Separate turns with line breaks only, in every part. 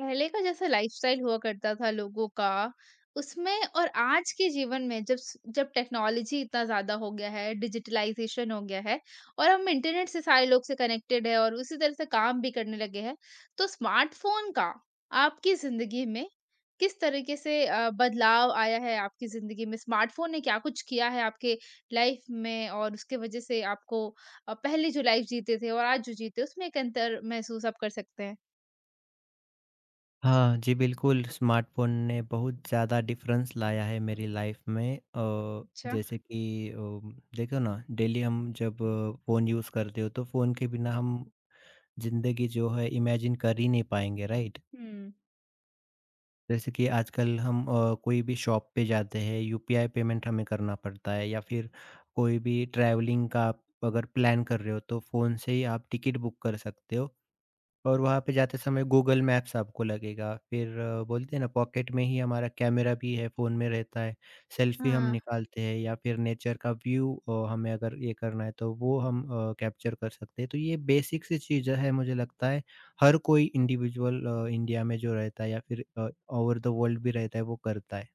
पहले का जैसा लाइफस्टाइल हुआ करता था लोगों का उसमें और आज के जीवन में जब टेक्नोलॉजी इतना ज्यादा हो गया है, डिजिटलाइजेशन हो गया है और हम इंटरनेट से सारे लोग से कनेक्टेड है और उसी तरह से काम भी करने लगे हैं। तो स्मार्टफोन का आपकी जिंदगी में किस तरीके से बदलाव आया है? आपकी जिंदगी में स्मार्टफोन ने क्या कुछ किया है आपके लाइफ में, और उसके वजह से आपको पहले जो लाइफ जीते थे और आज जो जीते उसमें एक अंतर महसूस आप कर सकते हैं।
हाँ जी, बिल्कुल। स्मार्टफ़ोन ने बहुत ज़्यादा डिफरेंस लाया है मेरी लाइफ़ में।
अच्छा।
जैसे कि देखो ना, डेली हम जब फ़ोन यूज़ करते हो तो फ़ोन के बिना हम ज़िंदगी जो है इमेजिन कर ही नहीं पाएँगे, राइट?
हम्म।
जैसे कि आजकल हम कोई भी शॉप पे जाते हैं, यूपीआई पेमेंट हमें करना पड़ता है या फिर कोई भी ट्रैवलिंग का आप अगर प्लान कर रहे हो तो फ़ोन से ही आप टिकट बुक कर सकते हो। और वहाँ पे जाते समय गूगल मैप्स आपको लगेगा। फिर बोलते हैं ना, पॉकेट में ही हमारा कैमरा भी है, फ़ोन में रहता है। सेल्फ़ी हम
हाँ,
निकालते हैं या फिर नेचर का व्यू हमें अगर ये करना है तो वो हम कैप्चर कर सकते हैं। तो ये बेसिक सी चीज़ें हैं, मुझे लगता है हर कोई इंडिविजुअल इंडिया में जो रहता है या फिर ओवर द वर्ल्ड भी रहता है वो करता है।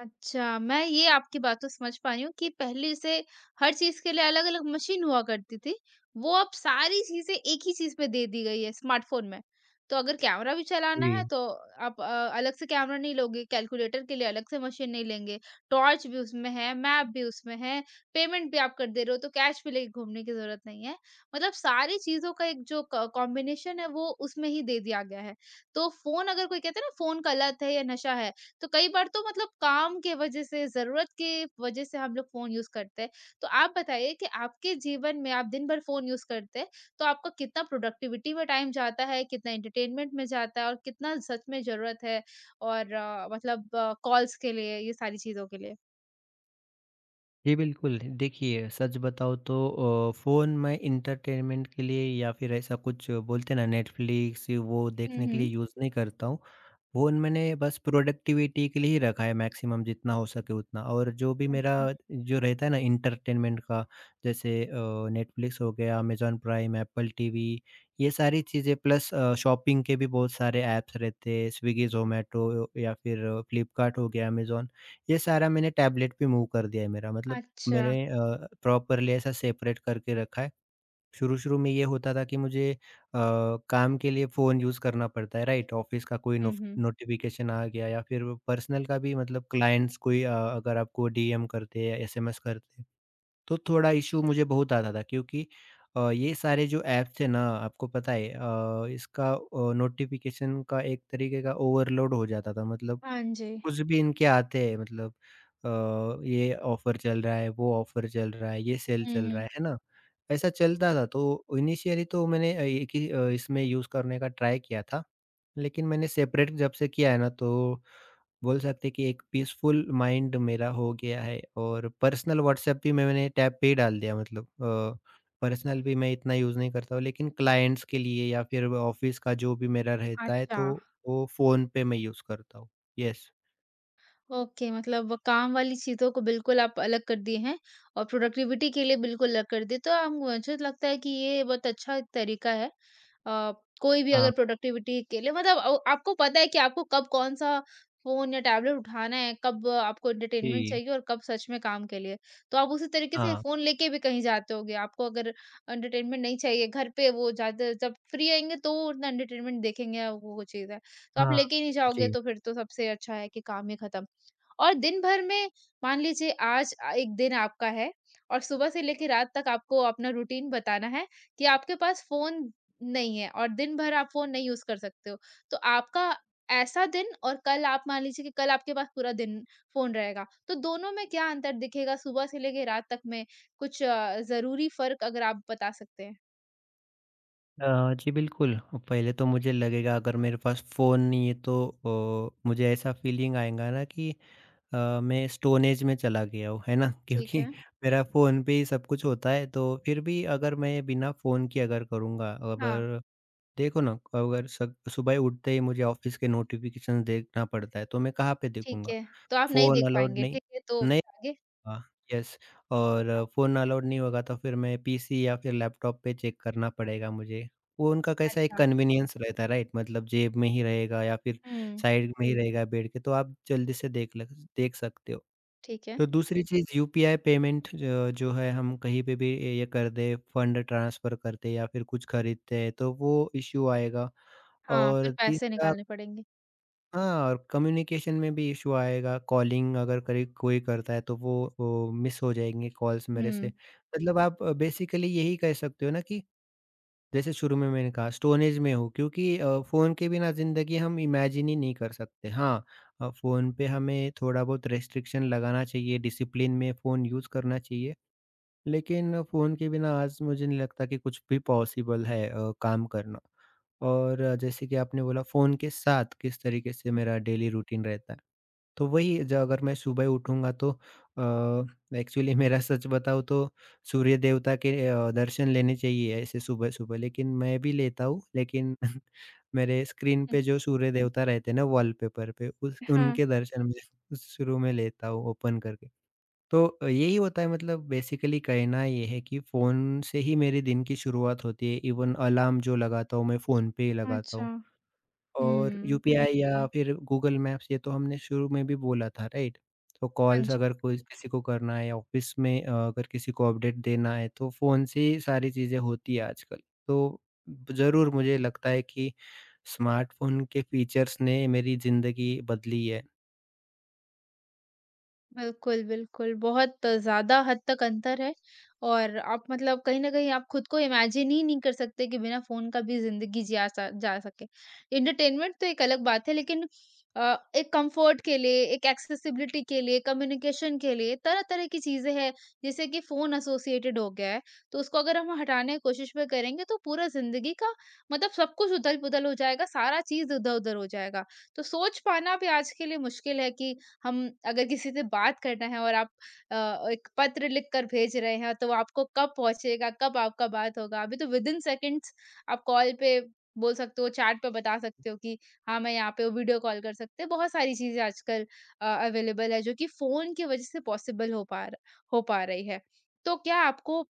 अच्छा, मैं ये आपकी बात तो समझ पा रही हूँ कि पहले जैसे हर चीज़ के लिए अलग-अलग मशीन हुआ करती थी, वो अब सारी चीज़ें एक ही चीज़ में दे दी गई है स्मार्टफ़ोन में। तो अगर कैमरा भी चलाना है
जी।
तो आप अलग से कैमरा नहीं लोगे, कैलकुलेटर के लिए अलग से मशीन नहीं लेंगे, टॉर्च भी उसमें है, मैप भी उसमें है, पेमेंट भी आप कर दे रहे हो तो कैश भी लेके घूमने की ज़रूरत नहीं है। मतलब सारी चीज़ों का एक जो क कॉम्बिनेशन है वो उसमें ही दे दिया गया है। तो फ़ोन अगर कोई कहता है ना फ़ोन गलत है या नशा है, तो कई बार तो मतलब काम के वजह से, ज़रूरत के वजह से हम लोग फ़ोन यूज़ करते हैं। तो आप बताइए कि आपके जीवन में आप दिन भर फ़ोन यूज़ करते हैं, तो आपका कितना प्रोडक्टिविटी में टाइम जाता है, कितना एंटरटेनमेंट में जाता है और कितना सच में ज़रूरत है और मतलब कॉल्स के लिए, ये सारी चीज़ों के लिए?
जी, बिल्कुल। देखिए, सच बताऊँ तो फ़ोन मैं एंटरटेनमेंट के लिए या फिर ऐसा कुछ बोलते हैं ना, नेटफ्लिक्स वो
हुँ,
देखने के लिए
हुँ।
यूज़ नहीं करता हूँ। फ़ोन मैंने बस प्रोडक्टिविटी के लिए ही रखा है, मैक्सिमम जितना हो सके उतना। और जो भी मेरा
अच्छा।
जो रहता है ना एंटरटेनमेंट का, जैसे नेटफ्लिक्स हो गया, अमेज़न प्राइम, एप्पल टीवी, ये सारी चीज़ें, प्लस शॉपिंग के भी बहुत सारे ऐप्स रहते हैं, स्विगी, ज़ोमैटो या फिर फ्लिपकार्ट हो गया, अमेज़न। ये सारा मैंने टैबलेट पे मूव कर दिया है, मेरा मतलब
अच्छा।
मैंने प्रॉपर्ली ऐसा सेपरेट करके रखा है। शुरू-शुरू में ये होता था कि मुझे काम के लिए फ़ोन यूज़ करना पड़ता है, राइट? ऑफ़िस का कोई
हुँ,
नोफ
हुँ।
नोटिफ़िकेशन आ गया या फिर पर्सनल का भी, मतलब क्लाइंट्स कोई अगर आपको डीएम करते हैं या एसएमएस करते हैं, तो थोड़ा इश्यू मुझे बहुत आता था, क्योंकि ये सारे जो ऐप्स हैं ना, आपको पता है इसका नोटिफ़िकेशन का एक तरीके का ओवरलोड हो जाता था। मतलब
हाँ जी।
कुछ भी इनके आते हैं, मतलब ये ऑफ़र चल रहा है, वो ऑफ़र चल रहा है, ये सेल
हुँ,
चल रहा
हुँ।
है ना? ऐसा चलता था। तो इनिशियली तो मैंने एक ही इसमें यूज़ करने का ट्राई किया था, लेकिन मैंने सेपरेट जब से किया है ना, तो बोल सकते हैं कि एक पीसफुल माइंड मेरा हो गया है। और पर्सनल व्हाट्सएप भी मैंने टैब पे ही डाल दिया, मतलब पर्सनल भी मैं इतना यूज़ नहीं करता हूँ, लेकिन क्लाइंट्स के लिए या फिर ऑफ़िस का जो भी मेरा रहता है,
अच्छा।
तो वो फ़ोन पे मैं यूज़ करता हूँ। यस।
ओके, मतलब काम वाली चीज़ों को बिल्कुल आप अलग कर दिए हैं और प्रोडक्टिविटी के लिए बिल्कुल अलग कर दिए, तो आप मुझे लगता है कि ये बहुत अच्छा तरीका है। अ, कोई भी अगर
हाँ।
प्रोडक्टिविटी के लिए मतलब आपको पता है कि आपको कब कौन सा फोन या टैबलेट उठाना है, कब आपको एंटरटेनमेंट
जी,
चाहिए और कब सच में काम के लिए। तो आप उसी तरीके से
हाँ,
फोन लेके भी कहीं जाते होगे। आपको अगर एंटरटेनमेंट नहीं चाहिए घर पे, वो जाते जब फ्री आएंगे तो उतना एंटरटेनमेंट देखेंगे, वो चीज़ है। तो आप
हाँ,
लेके ही नहीं जाओगे
जी।
तो फिर तो सबसे अच्छा है कि काम ही खत्म। और दिन भर में मान लीजिए आज एक दिन आपका है और सुबह से लेके रात तक आपको अपना रूटीन बताना है कि आपके पास फ़ोन नहीं है और दिन भर आप फ़ोन नहीं यूज़ कर सकते हो। तो आपका ऐसा दिन, और कल आप मान लीजिए कि कल आपके पास पूरा दिन फ़ोन रहेगा, तो दोनों में क्या अंतर दिखेगा सुबह से लेके रात तक में? कुछ ज़रूरी फ़र्क अगर आप बता सकते हैं?
जी, बिल्कुल। पहले तो मुझे लगेगा अगर मेरे पास फ़ोन नहीं है तो मुझे ऐसा फ़ीलिंग आएगा ना कि मैं स्टोन एज में चला गया हूँ, है ना?
ठीक
क्योंकि
है।
मेरा फ़ोन पे ही सब कुछ होता है। तो फिर भी अगर मैं बिना फ़ोन के अगर करूँगा,
हाँ,
अगर देखो ना, अगर स सुबह उठते ही मुझे ऑफ़िस के नोटिफ़िकेशन देखना पड़ता है, तो मैं कहाँ पे
ठीक
देखूँगा?
है। तो आप नहीं
फ़ोन
देख
अलाउड
पाएँगे,
नहीं।
ठीक है, तो
नहीं।
आगे?
हाँ, यस। और
हाँ,
फ़ोन अलाउड नहीं होगा तो फिर मैं पीसी या फिर लैपटॉप पे चेक करना पड़ेगा मुझे। वो उनका कैसा एक
अच्छा।
कन्वीनियंस रहता है, राइट? मतलब जेब में ही रहेगा या फिर
हुँ,
साइड में ही रहेगा बेड के, तो आप जल्दी से देख सकते हो।
ठीक है।
तो दूसरी चीज़, यूपीआई पेमेंट ज जो है हम कहीं पे भी ये कर दें, फंड ट्रांसफ़र करते या फिर कुछ खरीदते हैं तो वो इश्यू आएगा।
हाँ,
और
फिर पैसे
तीसरा,
निकालने पड़ेंगे।
हाँ, और कम्युनिकेशन में भी इश्यू आएगा, कॉलिंग अगर करे कोई करता है तो वो मिस हो जाएँगी कॉल्स मेरे से।
हुँ।
मतलब आप बेसिकली यही कह सकते हो ना कि जैसे शुरू में मैंने कहा स्टोन एज में हो, क्योंकि फ़ोन के बिना ज़िंदगी हम इमेजिन ही नहीं कर सकते। हाँ। फ़ोन पे हमें थोड़ा बहुत रेस्ट्रिक्शन लगाना चाहिए, डिसिप्लिन में फ़ोन यूज़ करना चाहिए। लेकिन फ़ोन के बिना आज मुझे नहीं लगता कि कुछ भी पॉसिबल है काम करना। और जैसे कि आपने बोला फ़ोन के साथ किस तरीके से मेरा डेली रूटीन रहता है। तो वही ज अगर मैं सुबह उठूँगा तो एक्चुअली मेरा सच बताऊँ तो सूर्य देवता के दर्शन लेने चाहिए ऐसे सुबह-सुबह, लेकिन मैं भी लेता हूँ लेकिन मेरे स्क्रीन
हुँ।
पे जो सूर्य देवता रहते हैं ना, वॉलपेपर पे, उस
हाँ,
उनके दर्शन मैं शुरू में लेता हूँ ओपन करके। तो यही होता है, मतलब बेसिकली कहना ये है कि फ़ोन से ही मेरे दिन की शुरुआत होती है। इवन अलार्म जो लगाता हूँ मैं फ़ोन पे ही लगाता
अच्छा।
हूँ। और
हुँ।
यूपीआई, या अच्छा, फिर गूगल मैप्स, ये तो हमने शुरू में भी बोला था, राइट? तो
हाँ
कॉल्स
जी।
अगर कोई किसी को करना है या ऑफ़िस में अगर किसी को अपडेट देना है तो फ़ोन से ही सारी चीज़ें होती है आजकल। तो ज़रूर मुझे लगता है कि स्मार्टफ़ोन के फ़ीचर्स ने मेरी ज़िंदगी बदली है।
बिल्कुल, बिल्कुल। बहुत ज़्यादा हद तक अंतर है, और आप मतलब कहीं न कहीं आप खुद को इमेजिन ही नहीं कर सकते कि बिना फ़ोन का भी ज़िंदगी जिया स जा सके। एंटरटेनमेंट तो एक अलग बात है, लेकिन एक कम्फ़र्ट के लिए, एक एक्सेसिबिलिटी के लिए, कम्युनिकेशन के लिए तरह-तरह की चीज़ें हैं, जैसे कि फ़ोन एसोसिएटेड हो गया है, तो उसको अगर हम हटाने की कोशिश भी करेंगे तो पूरा ज़िंदगी का मतलब सब कुछ उदल-पुदल हो जाएगा, सारा चीज़ इधर-उधर हो जाएगा। तो सोच पाना भी आज के लिए मुश्किल है कि हम अगर किसी से बात करना है और आप एक पत्र लिख कर भेज रहे हैं तो वो आपको कब पहुंचेगा, कब आपका बात होगा। अभी तो विदिन सेकंड्स आप कॉल पे बोल सकते हो, चैट पे बता सकते हो कि हाँ, मैं यहाँ पे हूँ, वीडियो कॉल कर सकते हैं। बहुत सारी चीज़ें आजकल अवेलेबल है जो कि फ़ोन की वजह से पॉसिबल हो पा र हो पा रही है। तो क्या आपको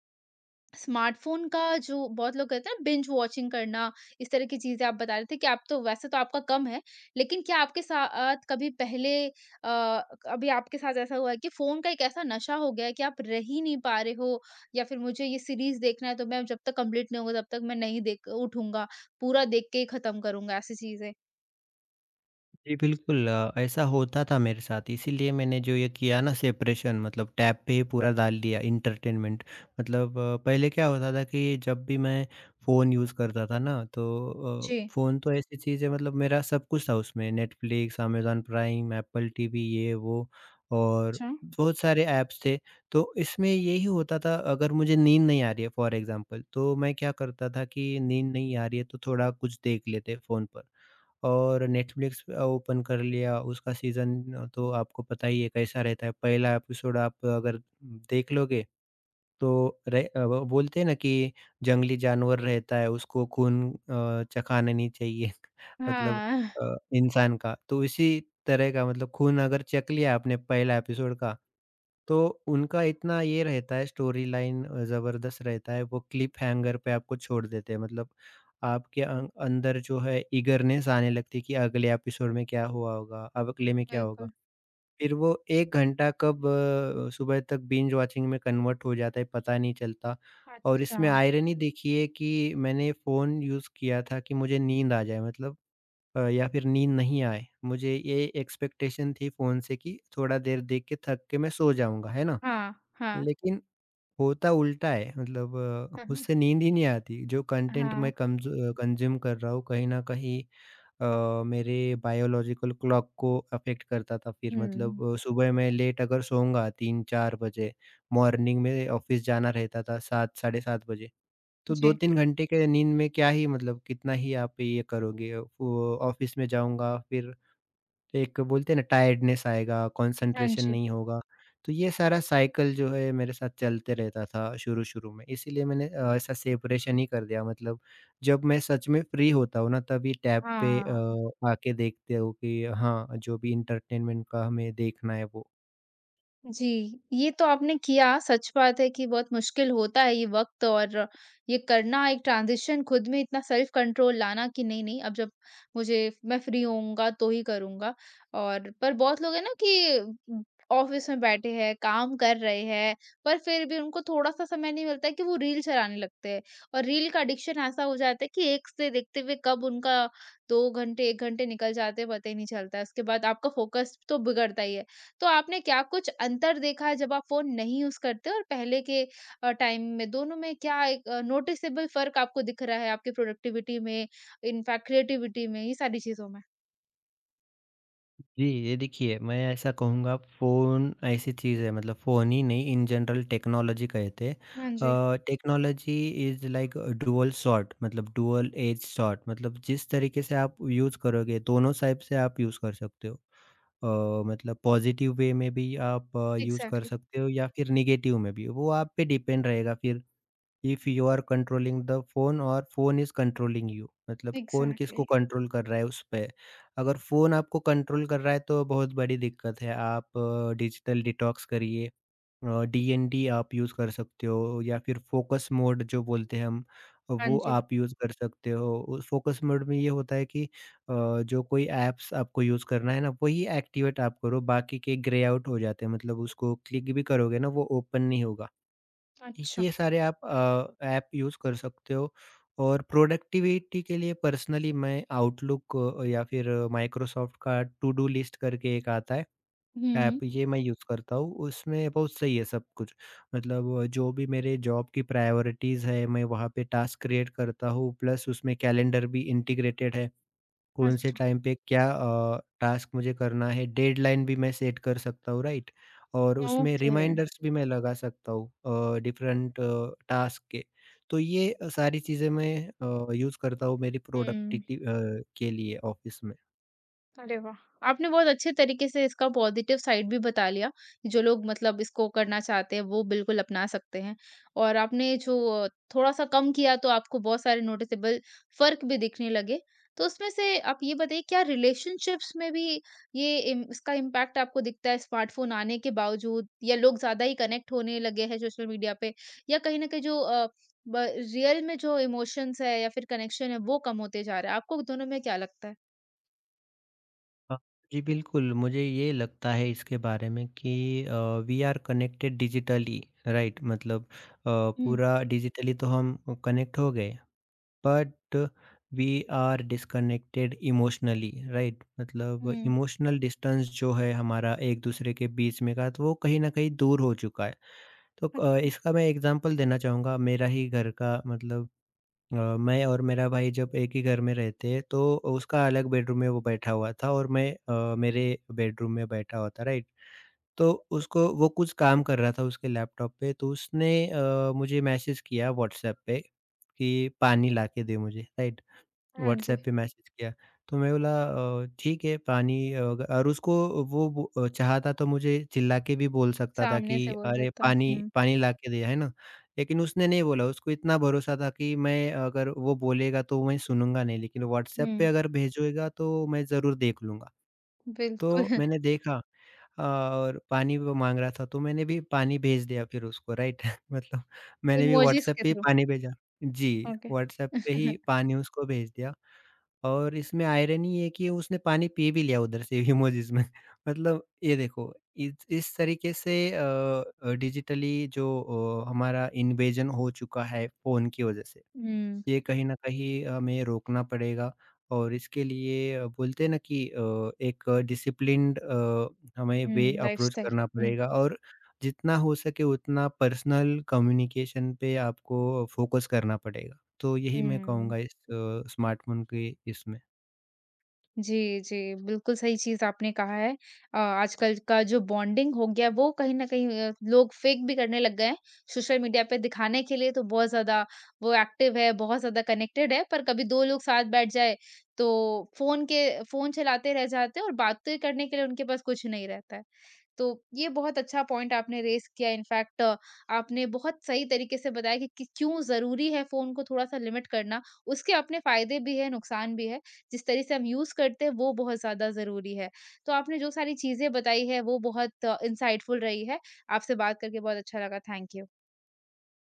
स्मार्टफ़ोन का जो बहुत लोग कहते हैं ना बिंज वॉचिंग करना, इस तरह की चीज़ें आप बता रहे थे कि आप तो वैसे तो आपका कम है, लेकिन क्या आपके साथ कभी पहले अ, कभी आपके साथ ऐसा हुआ है कि फ़ोन का एक ऐसा नशा हो गया है कि आप रह ही नहीं पा रहे हो, या फिर मुझे ये सीरीज़ देखना है तो मैं जब तक कंप्लीट नहीं होगा तब तक मैं नहीं देख उठूँगा, पूरा देख के ही ख़त्म करूँगा, ऐसी चीज़ें?
जी, बिल्कुल। ऐसा होता था मेरे साथ, इसीलिए मैंने जो ये किया ना सेपरेशन, मतलब टैब पे ही पूरा डाल दिया एंटरटेनमेंट। मतलब पहले क्या होता था कि जब भी मैं फ़ोन यूज़ करता था ना, तो
जी,
फ़ोन तो ऐसी चीज़ है, मतलब मेरा सब कुछ था उसमें, Netflix, Amazon Prime, Apple TV, ये वो और
अच्छा।
बहुत सारे ऐप्स थे। तो इसमें यही होता था अगर मुझे नींद नहीं आ रही है फॉर एग्ज़ाम्पल, तो मैं क्या करता था कि नींद नहीं आ रही है तो थोड़ा कुछ देख लेते फ़ोन पर। और नेटफ्लिक्स ओपन कर लिया, उसका सीज़न तो आपको पता ही है कैसा रहता है। पहला एपिसोड आप अगर देख लोगे, तो वो बोलते हैं ना कि जंगली जानवर रहता है उसको खून चखाना नहीं चाहिए मतलब
हाँ,
इंसान का। तो इसी तरह का, मतलब खून अगर चख लिया आपने पहला एपिसोड का, तो उनका इतना ये रहता है, स्टोरी लाइन ज़बरदस्त रहता है, वो क्लिफ़ हैंगर पे आपको छोड़ देते हैं। मतलब आपके अंदर जो है ईगरनेस आने लगती है कि अगले एपिसोड में क्या हुआ होगा, अब अगले में क्या होगा?
बिल्कुल।
फिर वो 1 घंटा कब सुबह तक बिंज वॉचिंग में कन्वर्ट हो जाता है, पता नहीं चलता। और
अच्छा।
इसमें आयरनी देखिए कि मैंने फ़ोन यूज़ किया था कि मुझे नींद आ जाए, मतलब या फिर नींद नहीं आए। मुझे ये एक्सपेक्टेशन थी फ़ोन से कि थोड़ा देर देख के थक के मैं सो जाऊँगा, है ना?
हाँ, हाँ।
लेकिन होता उल्टा है, मतलब उससे नींद ही नहीं आती। जो
हाँ,
कंटेंट
हाँ।
मैं कंज़्यूम कर रहा हूँ कहीं न कहीं मेरे बायोलॉजिकल क्लॉक को अफ़ेक्ट करता था फिर।
हुँ,
मतलब सुबह मैं लेट अगर सोऊँगा 3-4 बजे, मॉर्निंग में ऑफ़िस जाना रहता था 7 साढ़े 7 बजे, तो
जी,
2-3 घंटे के नींद में क्या ही मतलब कितना ही आप ये करोगे। वो ऑफ़िस में जाऊँगा फिर एक, बोलते हैं ना, टायर्डनेस आएगा,
हाँ
कंसंट्रेशन
जी,
नहीं होगा। तो ये सारा साइकिल जो है मेरे साथ चलते रहता था शुरू-शुरू में। इसीलिए मैंने ऐसा सेपरेशन ही कर दिया, मतलब जब मैं सच में फ्री होता हूँ ना, तभी टैब पे
हाँ।
आके देखते हो कि हाँ, जो भी एंटरटेनमेंट का हमें देखना है वो।
जी, ये तो आपने किया, सच बात है कि बहुत मुश्किल होता है ये वक़्त, और ये करना एक ट्रांज़िशन, खुद में इतना सेल्फ़ कंट्रोल लाना कि नहीं, नहीं, अब जब मुझे मैं फ्री होऊँगा तो ही करूँगा। और पर बहुत लोग हैं ना कि ऑफ़िस में बैठे हैं, काम कर रहे हैं, पर फिर भी उनको थोड़ा-सा समय नहीं मिलता है कि वो रील चलाने लगते हैं, और रील का एडिक्शन ऐसा हो जाता है कि एक से देखते हुए कब उनका 2 घंटे, 1 घंटे निकल जाते हैं पता ही नहीं चलता है। उसके बाद आपका फ़ोकस तो बिगड़ता ही है। तो आपने क्या कुछ अंतर देखा है जब आप फ़ोन नहीं यूज़ करते और पहले के टाइम में? दोनों में क्या एक नोटिसेबल फ़र्क आपको दिख रहा है आपकी प्रोडक्टिविटी में, इनफैक्ट क्रिएटिविटी में, ये सारी चीज़ों में?
जी, ये देखिए, मैं ऐसा कहूँगा, फ़ोन ऐसी चीज़ है, मतलब फ़ोन ही नहीं, इन जनरल टेक्नोलॉजी कहते हैं।
हाँ जी।
Technology is like dual sword, मतलब डुअल एज स्वॉर्ड, मतलब जिस तरीके से आप यूज़ करोगे दोनों साइड से आप यूज़ कर सकते हो। अ, मतलब पॉजिटिव वे में भी आप यूज़ कर
एग्ज़ैक्टली,
सकते हो या फिर नेगेटिव में भी, वो आप पे डिपेंड रहेगा फिर, if you are controlling the phone और फ़ोन इज़ कंट्रोलिंग यू, मतलब कौन
एग्ज़ैक्टली।
किसको कंट्रोल कर रहा है उसपे। अगर फ़ोन आपको कंट्रोल कर रहा है तो बहुत बड़ी दिक्कत है। आप डिजिटल डिटॉक्स करिए, डीएनडी आप यूज़ कर सकते हो या फिर फ़ोकस मोड जो बोलते हैं हम,
हाँ
वो
जी।
आप यूज़ कर सकते हो। उस फ़ोकस मोड में ये होता है कि जो कोई ऐप्स आपको यूज़ करना है ना, वही एक्टिवेट आप करो, बाकी के ग्रे आउट हो जाते हैं, मतलब उसको क्लिक भी करोगे ना वो ओपन नहीं होगा।
अच्छा।
ये सारे आप ऐप यूज़ कर सकते हो। और प्रोडक्टिविटी के लिए पर्सनली मैं आउटलुक या फिर माइक्रोसॉफ्ट का टू डू लिस्ट करके एक आता है
हुँ,
ऐप,
हुँ।
ये मैं यूज़ करता हूँ, उसमें बहुत सही है सब कुछ, मतलब जो भी मेरे जॉब की प्रायोरिटीज़ है मैं वहाँ पे टास्क क्रिएट करता हूँ। प्लस उसमें कैलेंडर भी इंटीग्रेटेड है, कौन से
अच्छा,
टाइम पे क्या टास्क मुझे करना है, डेडलाइन भी मैं सेट कर सकता हूँ, राइट? और उसमें
ओके।
रिमाइंडर्स भी मैं लगा सकता हूँ डिफरेंट टास्क के। तो ये सारी चीज़ें मैं यूज़ करता हूँ मेरी
हुँ।
प्रोडक्टिविटी के लिए ऑफ़िस में।
अरे वाह! आपने बहुत अच्छे तरीके से इसका पॉजिटिव साइड भी बता लिया, जो लोग मतलब इसको करना चाहते हैं, वो बिल्कुल अपना सकते हैं। और आपने जो थोड़ा-सा कम किया, तो आपको बहुत सारे नोटिसेबल फ़र्क भी दिखने लगे। तो उसमें से आप ये बताइए, क्या रिलेशनशिप्स में भी ये इम इसका इम्पैक्ट आपको दिखता है, स्मार्टफ़ोन आने के बावजूद? या लोग ज़्यादा ही कनेक्ट होने लगे हैं सोशल मीडिया पे? या कहीं न कहीं जो अ, ब रियल में जो इमोशंस है या फिर कनेक्शन है, वो कम होते जा रहा है? आपको दोनों में क्या लगता है?
हाँ, जी बिल्कुल, मुझे ये लगता है इसके बारे में कि we are connected digitally, right? मतलब
हुँ।
पूरा डिजिटली तो हम कनेक्ट हो गए, but we are disconnected emotionally, right? मतलब
हुँ।
इमोशनल डिस्टेंस जो है हमारा एक दूसरे के बीच में का, तो वो कहीं ना कहीं दूर हो चुका है। तो
अच्छा,
इसका मैं एग्जांपल देना चाहूँगा मेरा ही घर का, मतलब मैं और मेरा भाई जब एक ही घर में रहते, तो उसका अलग बेडरूम में वो बैठा हुआ था और मैं मेरे बेडरूम में बैठा हुआ था, राइट? तो उसको वो कुछ काम कर रहा था उसके लैपटॉप पे, तो उसने मुझे मैसेज किया व्हाट्सएप पे कि पानी ला के दे मुझे, राइट?
हाँ जी,
व्हाट्सऐप पे मैसेज किया। तो मैं बोला ठीक है, पानी ग-" और उसको वो चाहता तो मुझे चिल्ला के भी बोल सकता था
सामने
कि
से बोल
अरे
देता हूँ।
पानी
हुँ,
पानी ला के दे, है ना? लेकिन उसने नहीं बोला, उसको इतना भरोसा था कि मैं अगर वो बोलेगा तो मैं सुनूँगा नहीं, लेकिन व्हाट्सऐप पे
हुँ,
अगर भेजेगा तो मैं ज़रूर देख लूँगा।
बिल्कुल।
तो मैंने देखा और पानी वो माँग रहा था, तो मैंने भी पानी भेज दिया फिर उसको, राइट? मतलब मैंने भी
इमोजीज़
व्हाट्सऐप
के
पे ही
थ्रू।
पानी भेजा। जी,
ओके।
व्हाट्सऐप पे ही पानी उसको भेज दिया। और इसमें आयरनी ये है कि उसने पानी पी भी लिया उधर से इमोजीज़ में। मतलब ये देखो, इस तरीके से डिजिटली जो हमारा इन्वेजन हो चुका है फ़ोन की वज़ह से।
हुँ,
ये कहीं न कहीं हमें रोकना पड़ेगा, और इसके लिए बोलते हैं ना कि एक डिसिप्लिन्ड हमें वे
हुँ,
अप्रोच
लाइफ़स्टाइल।
करना
हुँ,
पड़ेगा, और जितना हो सके उतना पर्सनल कम्युनिकेशन पे आपको फ़ोकस करना पड़ेगा। तो यही मैं
हुँ।
कहूँगा इस स्मार्टफ़ोन के इसमें।
जी, जी, बिल्कुल सही चीज़ आपने कहा है। आजकल का जो बॉन्डिंग हो गया वो कहीं न कहीं लोग फेक भी करने लग गए हैं। सोशल मीडिया पे दिखाने के लिए तो बहुत ज़्यादा वो एक्टिव है, बहुत ज़्यादा कनेक्टेड है, पर कभी 2 लोग साथ बैठ जाए तो फ़ोन चलाते रह जाते हैं और बातें करने के लिए उनके पास कुछ नहीं रहता है। तो ये बहुत अच्छा पॉइंट आपने रेज़ किया। इनफैक्ट आपने बहुत सही तरीके से बताया कि क्यों ज़रूरी है फ़ोन को थोड़ा-सा लिमिट करना। उसके अपने फ़ायदे भी हैं, नुकसान भी है। जिस तरह से हम यूज़ करते हैं वो बहुत ज़्यादा ज़रूरी है। तो आपने जो सारी चीज़ें बताई है वो बहुत इनसाइटफुल रही है। आपसे बात करके बहुत अच्छा लगा। Thank you.